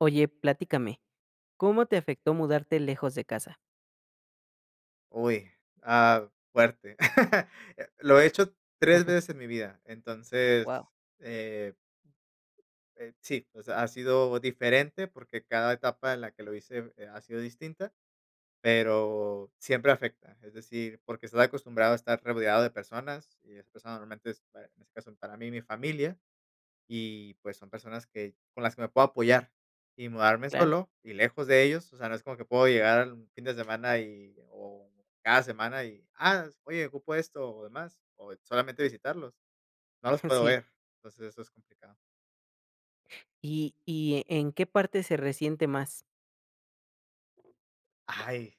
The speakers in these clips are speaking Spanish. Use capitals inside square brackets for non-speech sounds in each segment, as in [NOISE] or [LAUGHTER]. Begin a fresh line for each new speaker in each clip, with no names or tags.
Oye, platícame, ¿cómo te afectó mudarte lejos de casa?
Uy, fuerte. [LAUGHS] Lo he hecho 3 veces
[LAUGHS]
en mi vida, entonces,
Wow.
eh, sí, o sea, ha sido diferente porque cada etapa en la que lo hice, ha sido distinta, pero siempre afecta, es decir, porque estás acostumbrado a estar rodeado de personas y esas personas normalmente es, en este caso, para mí, mi familia. Y, pues, son personas que con las que me puedo apoyar. Y mudarme
Claro.
solo y lejos de ellos, o sea, no es como que puedo llegar al fin de semana y o cada semana y: "Ah, oye, ocupo esto", o demás, o solamente visitarlos. No los puedo
[LAUGHS] Sí.
ver, entonces eso es complicado.
¿Y en qué parte se resiente más?
Ay,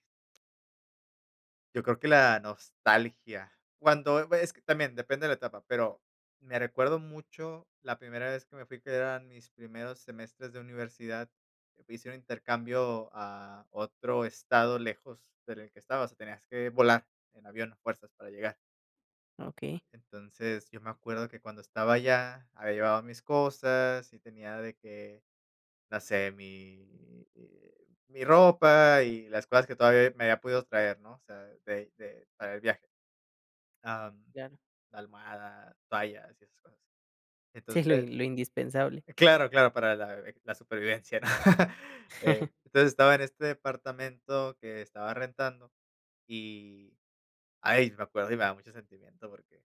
yo creo que la nostalgia. Cuando bue Es que también depende de la etapa, pero me recuerdo mucho la primera vez que me fui, que eran mis primeros semestres de universidad, hice un intercambio a otro estado lejos del que estaba, o sea, tenías que volar en avión a fuerzas para llegar.
Okey.
Entonces, yo me acuerdo que cuando estaba allá, había llevado mis cosas y tenía de que, no sé, mi ropa y las cosas que todavía me había podido traer, ¿no? O sea, de para el viaje. Am,
Claro.
almohada, toallas y esas cosas.
Sí,
Entonces
lo indispensable.
claro, claro, para la supervivencia, ¿no? [LAUGHS] Entonces estaba en este departamento que estaba rentando y, ay, me acuerdo y me da mucho sentimiento porque,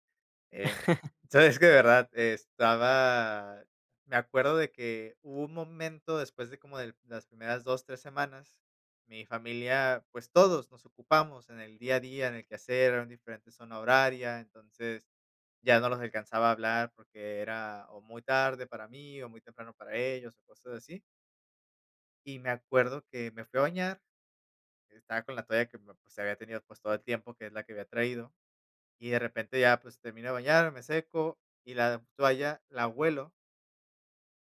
em,
[LAUGHS]
sabes que de verdad estaba me acuerdo de que hubo un momento después de como de las primeras 2 3 semanas, mi familia, pues todos nos ocupamos en el día a día, en el quehacer, en diferentes zona horaria, entonces ya no los alcanzaba a hablar porque era o muy tarde para mí o muy temprano para ellos o cosas así. Y me acuerdo que me fui a bañar, estaba con la toalla que me, pues, había tenido pues todo el tiempo, que es la que había traído. Y de repente ya pues termino de bañar, me seco y la toalla la huelo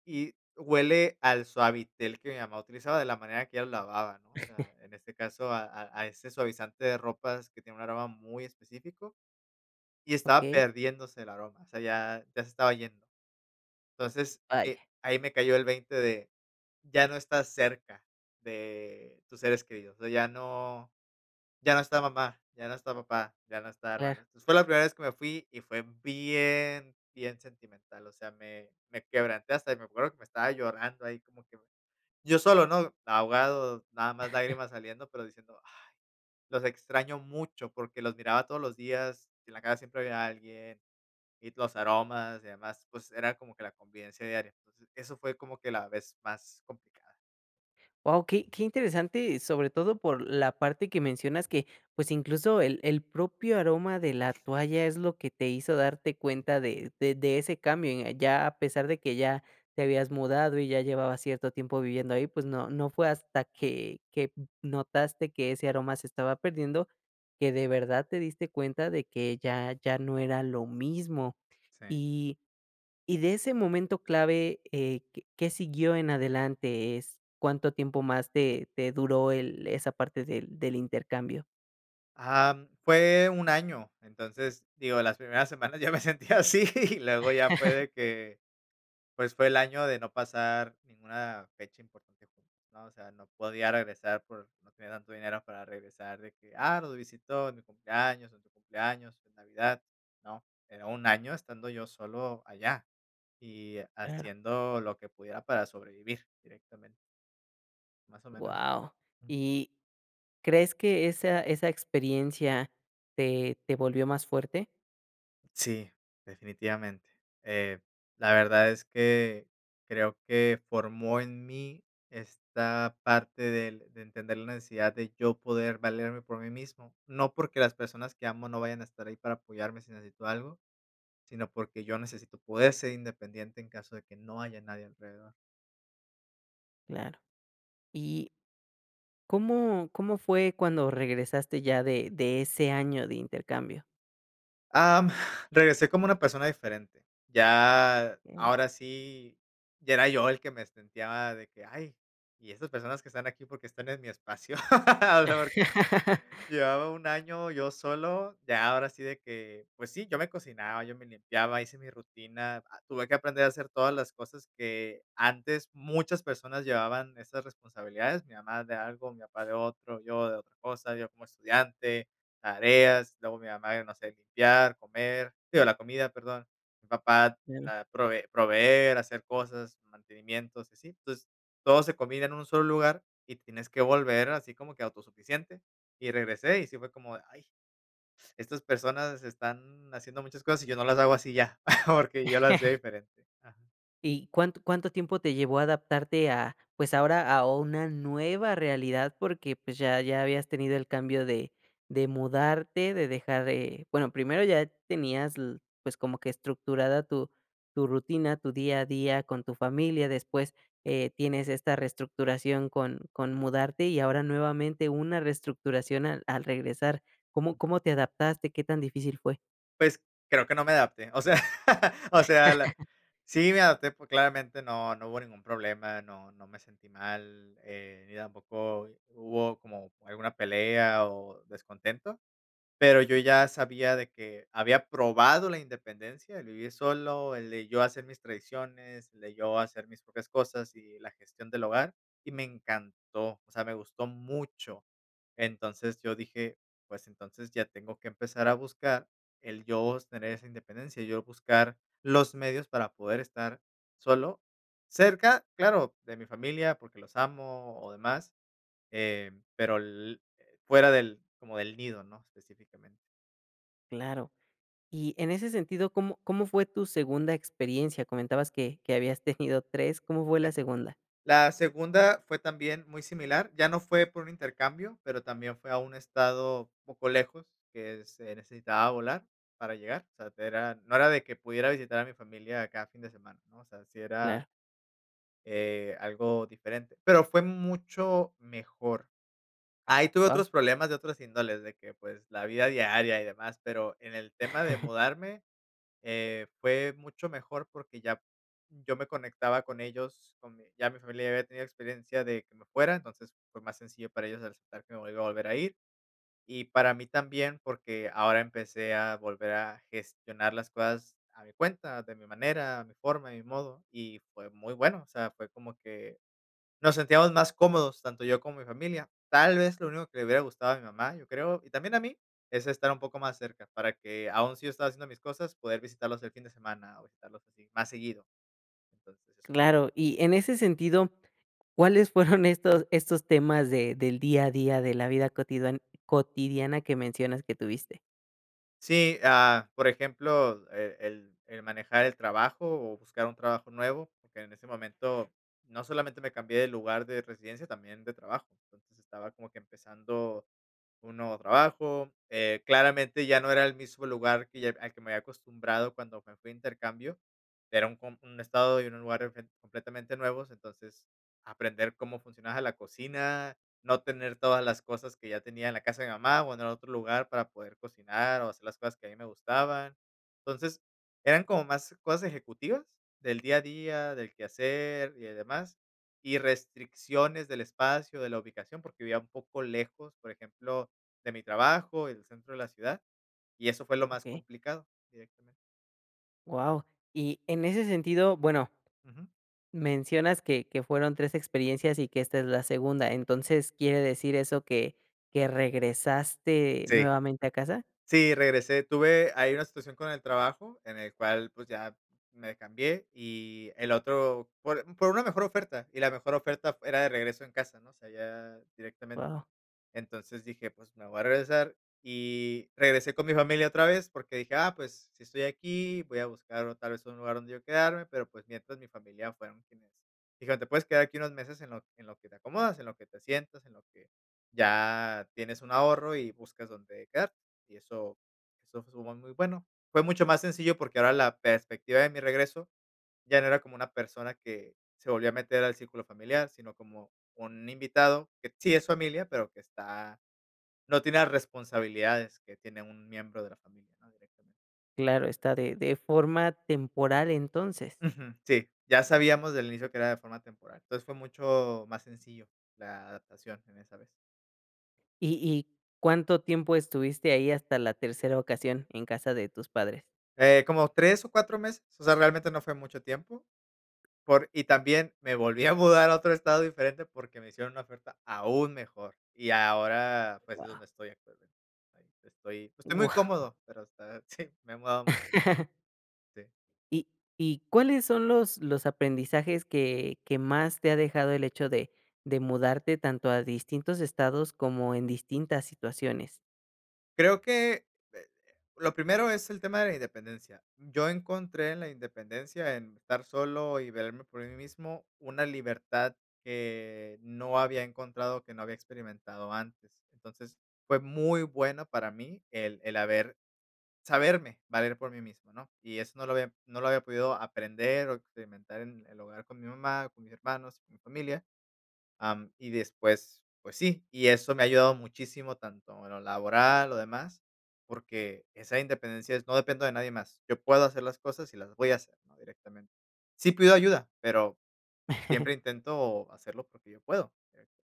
y huele al Suavitel que mi mamá utilizaba de la manera que ella lo lavaba, ¿no? O sea, en este caso a ese suavizante de ropas que tiene un aroma muy específico y estaba
Okey.
perdiéndose el aroma, o sea, ya se estaba yendo. Entonces,
Vaya.
ahí me cayó el 20 de, ya no estás cerca de tus seres queridos, o sea, ya no está mamá, ya no está papá, ya no está
Claro.
hermano. Entonces, fue la primera vez que me fui y fue bien, bien sentimental, o sea, me quebranté hasta me acuerdo que me estaba llorando ahí como que yo solo, ¿no? Ahogado, nada más lágrimas saliendo, pero diciendo: "Ay, los extraño mucho", porque los miraba todos los días, en la casa siempre había alguien y los aromas y demás, pues era como que la convivencia diaria. Entonces, eso fue como que la vez más complicada.
Wow, qué interesante, sobre todo por la parte que mencionas que, pues, incluso el propio aroma de la toalla es lo que te hizo darte cuenta de ese cambio, en ya a pesar de que ya te habías mudado y ya llevabas cierto tiempo viviendo ahí, pues, no fue hasta que notaste que ese aroma se estaba perdiendo, que de verdad te diste cuenta de que ya no era lo mismo.
Sí.
Y y de ese momento clave, ¿qué siguió en adelante? Es, ¿cuánto tiempo más te duró el esa parte del intercambio?
Fue un año, entonces, digo, las primeras semanas ya me [LAUGHS] sentía así y luego ya fue de que, pues fue el año de no pasar ninguna fecha importante juntos, ¿no? O sea, no podía regresar por, no tenía tanto dinero para regresar de que, ah, nos visitó en mi cumpleaños, en tu cumpleaños, en Navidad, ¿no? Era un año estando yo solo allá. Y
Claro.
haciendo lo que pudiera para sobrevivir directamente, más o menos.
Wow.
Mm,
¿Y crees que esa experiencia te volvió más fuerte?
sí, definitivamente. Eh, la verdad es que creo que formó en mí esta parte del de entender la necesidad de yo poder valerme por mí mismo. No porque las personas que amo no vayan a estar ahí para apoyarme si necesito algo, sino porque yo necesito poder ser independiente en caso de que no haya nadie alrededor.
Claro. ¿Y cómo fue cuando regresaste ya de ese año de intercambio?
Am, [LAUGHS] Regresé como una persona diferente. Ya,
Eh.
ahora sí, ya era yo el que me sentía de que: "Ay, y estas personas que están aquí, porque están en mi espacio?". [LAUGHS] O sea, porque
[LAUGHS]
llevaba un año yo solo, ya ahora sí de que, pues sí, yo me cocinaba, yo me limpiaba, hice mi rutina, ah, tuve que aprender a hacer todas las cosas que antes muchas personas llevaban esas responsabilidades, mi mamá de algo, mi papá de otro, yo de otra cosa, yo como estudiante, tareas, luego mi mamá, no sé, limpiar, comer, digo, la comida, perdón, mi papá proveer, hacer cosas, mantenimientos, y así. Entonces, todo se combina en un solo lugar y tienes que volver así como que autosuficiente. Y regresé, y sí fue como de, ay, estas personas están haciendo muchas cosas y yo no las hago así ya, [LAUGHS] porque yo las hacía diferente. Ajá.
¿Y cuánto tiempo te llevó a adaptarte a, pues, ahora a una nueva realidad? Porque, pues, ya habías tenido el cambio de mudarte, de dejar, bueno, primero ya tenías l pues, como que estructurada tu rutina, tu día a día con tu familia, después, tienes esta reestructuración con mudarte y ahora nuevamente una reestructuración al regresar. ¿Cómo te adaptaste? ¿Qué tan difícil fue?
Pues, creo que no me adapté, o sea, [LAUGHS] o sea, la sí me adapté, pues, claramente no hubo ningún problema, no me sentí mal, ni tampoco hubo como alguna pelea o descontento, pero yo ya sabía de que había probado la independencia, el vivir solo, el de yo hacer mis tradiciones, el de yo hacer mis propias cosas y la gestión del hogar, y me encantó, o sea, me gustó mucho. Entonces yo dije, pues entonces ya tengo que empezar a buscar el yo tener esa independencia, yo buscar los medios para poder estar solo, cerca, claro, de mi familia, porque los amo o demás, eh, pero fuera del, como del nido, ¿no? Específicamente.
Claro. Y en ese sentido, ¿cómo fue tu segunda experiencia? Comentabas que habías tenido 3. ¿Cómo fue la segunda?
La segunda fue también muy similar, ya no fue por un intercambio, pero también fue a un estado un poco lejos que se necesitaba volar para llegar, o sea, era no era de que pudiera visitar a mi familia cada fin de semana, ¿no? O sea, sí
Claro.
era, algo diferente, pero fue mucho mejor. Ahí tuve
Wow.
otros problemas de otros índoles, de que, pues, la vida diaria y demás, pero en el tema de mudarme fue mucho mejor porque ya yo me conectaba con ellos, con mi ya mi familia ya había tenido experiencia de que me fuera, entonces fue más sencillo para ellos aceptar que me volviera a volver a ir. Y para mí también, porque ahora empecé a volver a gestionar las cosas a mi cuenta, de mi manera, a mi forma, a mi modo, y fue muy bueno, o sea, fue como que nos sentíamos más cómodos, tanto yo como mi familia. Tal vez lo único que le hubiera gustado a mi mamá, yo creo, y también a mí, es estar un poco más cerca, para que aún si yo estaba haciendo mis cosas, poder visitarlos el fin de semana o visitarlos así más seguido. Entonces,
Claro. Y en ese sentido, ¿cuáles fueron estos temas de del día a día, de la vida cotidiana que mencionas que tuviste?
sí, ah, por ejemplo, el manejar el trabajo o buscar un trabajo nuevo, porque en ese momento no solamente me cambié de lugar de residencia, también de trabajo. Entonces, estaba como que empezando un nuevo trabajo, claramente ya no era el mismo lugar que ya al que me había acostumbrado cuando me fui de intercambio, era un com un estado y un lugar enfe completamente nuevos, entonces, aprender cómo funcionaba la cocina, no tener todas las cosas que ya tenía en la casa de mi mamá o en el otro lugar para poder cocinar o hacer las cosas que a mí me gustaban. Entonces, eran como más cosas ejecutivas del día a día, del quehacer y demás, y restricciones del espacio, de la ubicación, porque vivía un poco lejos, por ejemplo, de mi trabajo y del centro de la ciudad, y eso fue lo más
Okey.
complicado directamente.
Wow. Y en ese sentido, bueno,
Ujú.
mencionas que fueron 3 experiencias y que esta es la segunda, entonces, ¿quiere decir eso que regresaste nuevamente a casa?
Sí, regresé. Tuve ahí una situación con el trabajo en el cual, pues, ya me cambié y el otro por una mejor oferta, y la mejor oferta era de regreso en casa, ¿no? O sea, ya directamente
Wow.
entonces dije: "Pues me voy a regresar", y regresé con mi familia otra vez porque dije: "Ah, pues si estoy aquí, voy a buscar o tal vez un lugar donde yo quedarme", pero pues mientras mi familia fueron quienes dijeron: "Te puedes quedar aquí unos meses en lo que te acomodas, en lo que te sientas en lo que ya tienes un ahorro y buscas dónde quedarte", y eso eso fue muy bueno. Fue mucho más sencillo porque ahora la perspectiva de mi regreso ya no era como una persona que se volvió a meter al círculo familiar, sino como un invitado que sí es familia, pero que está no tiene las responsabilidades que tiene un miembro de la familia, ¿no? Directamente.
Claro está, de forma temporal, entonces.
Ujú, sí, ya sabíamos del inicio que era de forma temporal. Entonces, fue mucho más sencillo la adaptación en esa vez.
¿Y cuánto tiempo estuviste ahí hasta la tercera ocasión en casa de tus padres?
Como 3 o 4 meses, o sea, realmente no fue mucho tiempo. Por y también me volví a mudar a otro estado diferente porque me hicieron una oferta aún mejor. Y ahora, pues,
Wow.
es donde
[LAUGHS]
estoy actualmente. Ahí estoy pues, estoy muy cómodo, pero está [LAUGHS] sí, me he mudado mucho, sí.
¿Y y cuáles son los aprendizajes que más te ha dejado el hecho de mudarte tanto a distintos estados como en distintas situaciones?
Creo que, eh, lo primero es el tema de la independencia. Yo encontré en la independencia, en estar solo y verme por mí mismo, una libertad que no había encontrado, que no había experimentado antes. Entonces, fue muy bueno para mí el haber saberme valer por mí mismo, ¿no? Y eso no lo había podido aprender o experimentar en el hogar con mi mamá, con mis hermanos, con mi familia, y después, pues sí, y eso me ha ayudado muchísimo, tanto en lo laboral, lo demás, porque esa independencia es no dependo de nadie más. Yo puedo hacer las cosas y las voy a hacer, ¿no? Directamente. Sí pido ayuda, pero siempre intento hacerlo porque yo puedo. Directo.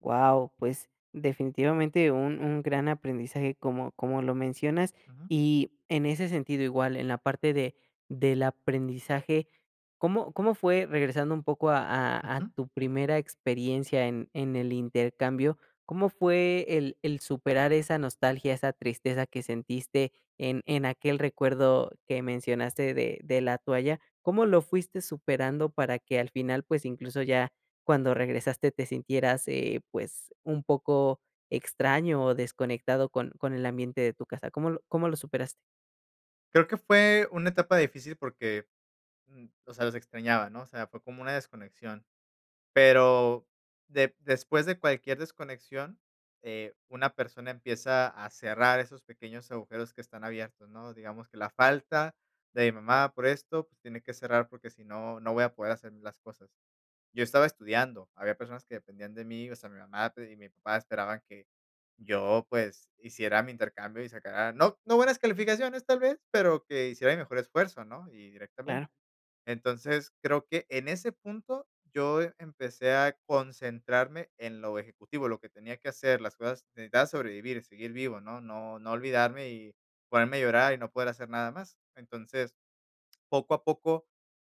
Wow, pues definitivamente un gran aprendizaje como, como lo mencionas.
Ujú,
Y en ese sentido igual, en la parte de, del aprendizaje, ¿cómo, cómo fue, regresando un poco a, a
ujú.
tu primera experiencia en el intercambio, cómo fue el superar esa nostalgia, esa tristeza que sentiste en aquel recuerdo que mencionaste de la toalla? ¿Cómo lo fuiste superando para que al final pues incluso ya cuando regresaste te sintieras, pues, un poco extraño o desconectado con el ambiente de tu casa, ¿cómo lo superaste?
Creo que fue una etapa difícil porque, o sea, los extrañaba, ¿no? O sea, fue como una desconexión. Pero de después de cualquier desconexión, una persona empieza a cerrar esos pequeños agujeros que están abiertos, ¿no? Digamos que la falta de mi mamá por esto, pues tiene que cerrar porque si no, no voy a poder hacer las cosas. Yo estaba estudiando, había personas que dependían de mí, o sea, mi mamá y mi papá esperaban que yo, pues, hiciera mi intercambio y sacara, no buenas calificaciones tal vez, pero que hiciera mi mejor esfuerzo, ¿no? Y directamente.
Claro.
Entonces, creo que en ese punto yo empecé a concentrarme en lo ejecutivo, lo que tenía que hacer, las cosas, necesitaba sobrevivir, seguir vivo, ¿no? No, no olvidarme y ponerme a llorar y no poder hacer nada más. Entonces, poco a poco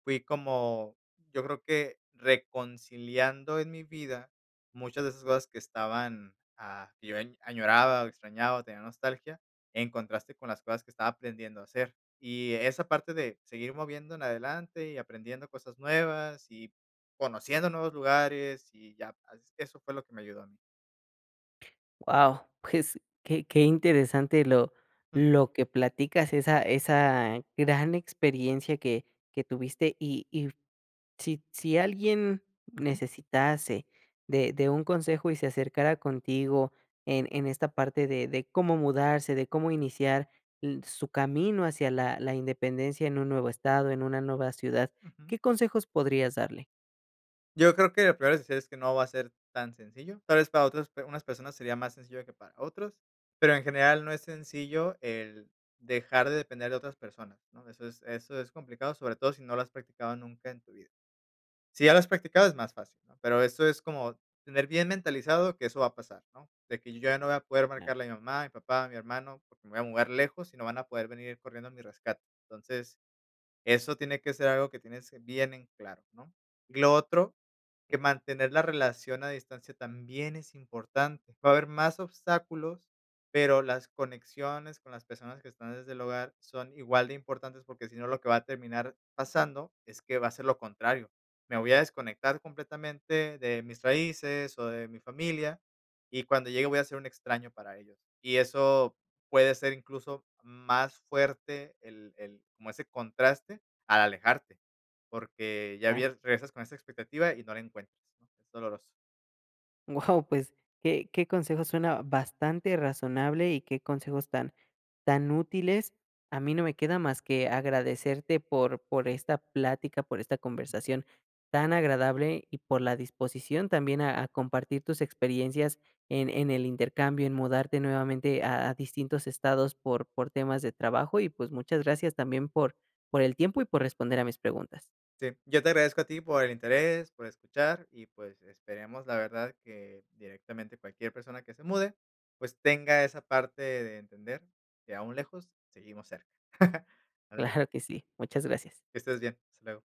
fui como, yo creo que reconciliando en mi vida muchas de esas cosas que estaban, que yo añoraba o extrañaba, tenía nostalgia, en contraste con las cosas que estaba aprendiendo a hacer. Y esa parte de seguir moviendo en adelante y aprendiendo cosas nuevas y conociendo nuevos lugares y ya, eso fue lo que me ayudó a mí.
Wow. Pues, qué interesante lo que platicas, esa gran experiencia que tuviste y si alguien
Ujú,
necesitase de un consejo y se acercara contigo en esta parte de cómo mudarse, de cómo iniciar l su camino hacia la independencia en un nuevo estado, en una nueva ciudad,
ujú.
¿qué consejos podrías darle?
Yo creo que lo primero es decir es que no va a ser tan sencillo. Tal vez para otras pe unas personas sería más sencillo que para otros, pero en general no es sencillo el dejar de depender de otras personas, ¿no? Eso es complicado, sobre todo si no lo has practicado nunca en tu vida. Si ya lo has practicado es más fácil, ¿no? Pero eso es como tener bien mentalizado que eso va a pasar, ¿no? De que yo ya no voy a poder
Claro,
marcarle a mi mamá, a mi papá, a mi hermano, porque me voy a mudar lejos y no van a poder venir corriendo a mi rescate. Entonces eso tiene que ser algo que tienes bien en claro, ¿no? Y lo otro, que mantener la relación a distancia también es importante. Va a haber más obstáculos, pero las conexiones con las personas que están desde el hogar son igual de importantes porque si no lo que va a terminar pasando es que va a ser lo contrario. Me voy a desconectar completamente de mis raíces o de mi familia y cuando llegue voy a ser un extraño para ellos. Y eso puede ser incluso más fuerte el como ese contraste al alejarte, porque ya
claro.
habías regresas con esa expectativa y no la encuentras, ¿no? Es doloroso.
[LAUGHS] Wow, pues, qué consejo, suena bastante razonable, y qué consejos tan útiles. A mí no me queda más que agradecerte por esta plática, por esta conversación tan agradable y por la disposición también a compartir tus experiencias en el intercambio, en mudarte nuevamente a distintos estados por temas de trabajo y pues muchas gracias también por el tiempo y por responder a mis preguntas. [LAUGHS]
Sí, yo te agradezco a ti por el interés, por escuchar y, pues, esperemos, la verdad, que directamente cualquier persona que se mude, pues, tenga esa parte de entender que aún lejos, seguimos cerca. [LAUGHS] Ándale,
Claro que sí, muchas gracias.
que estés bien. Hasta luego.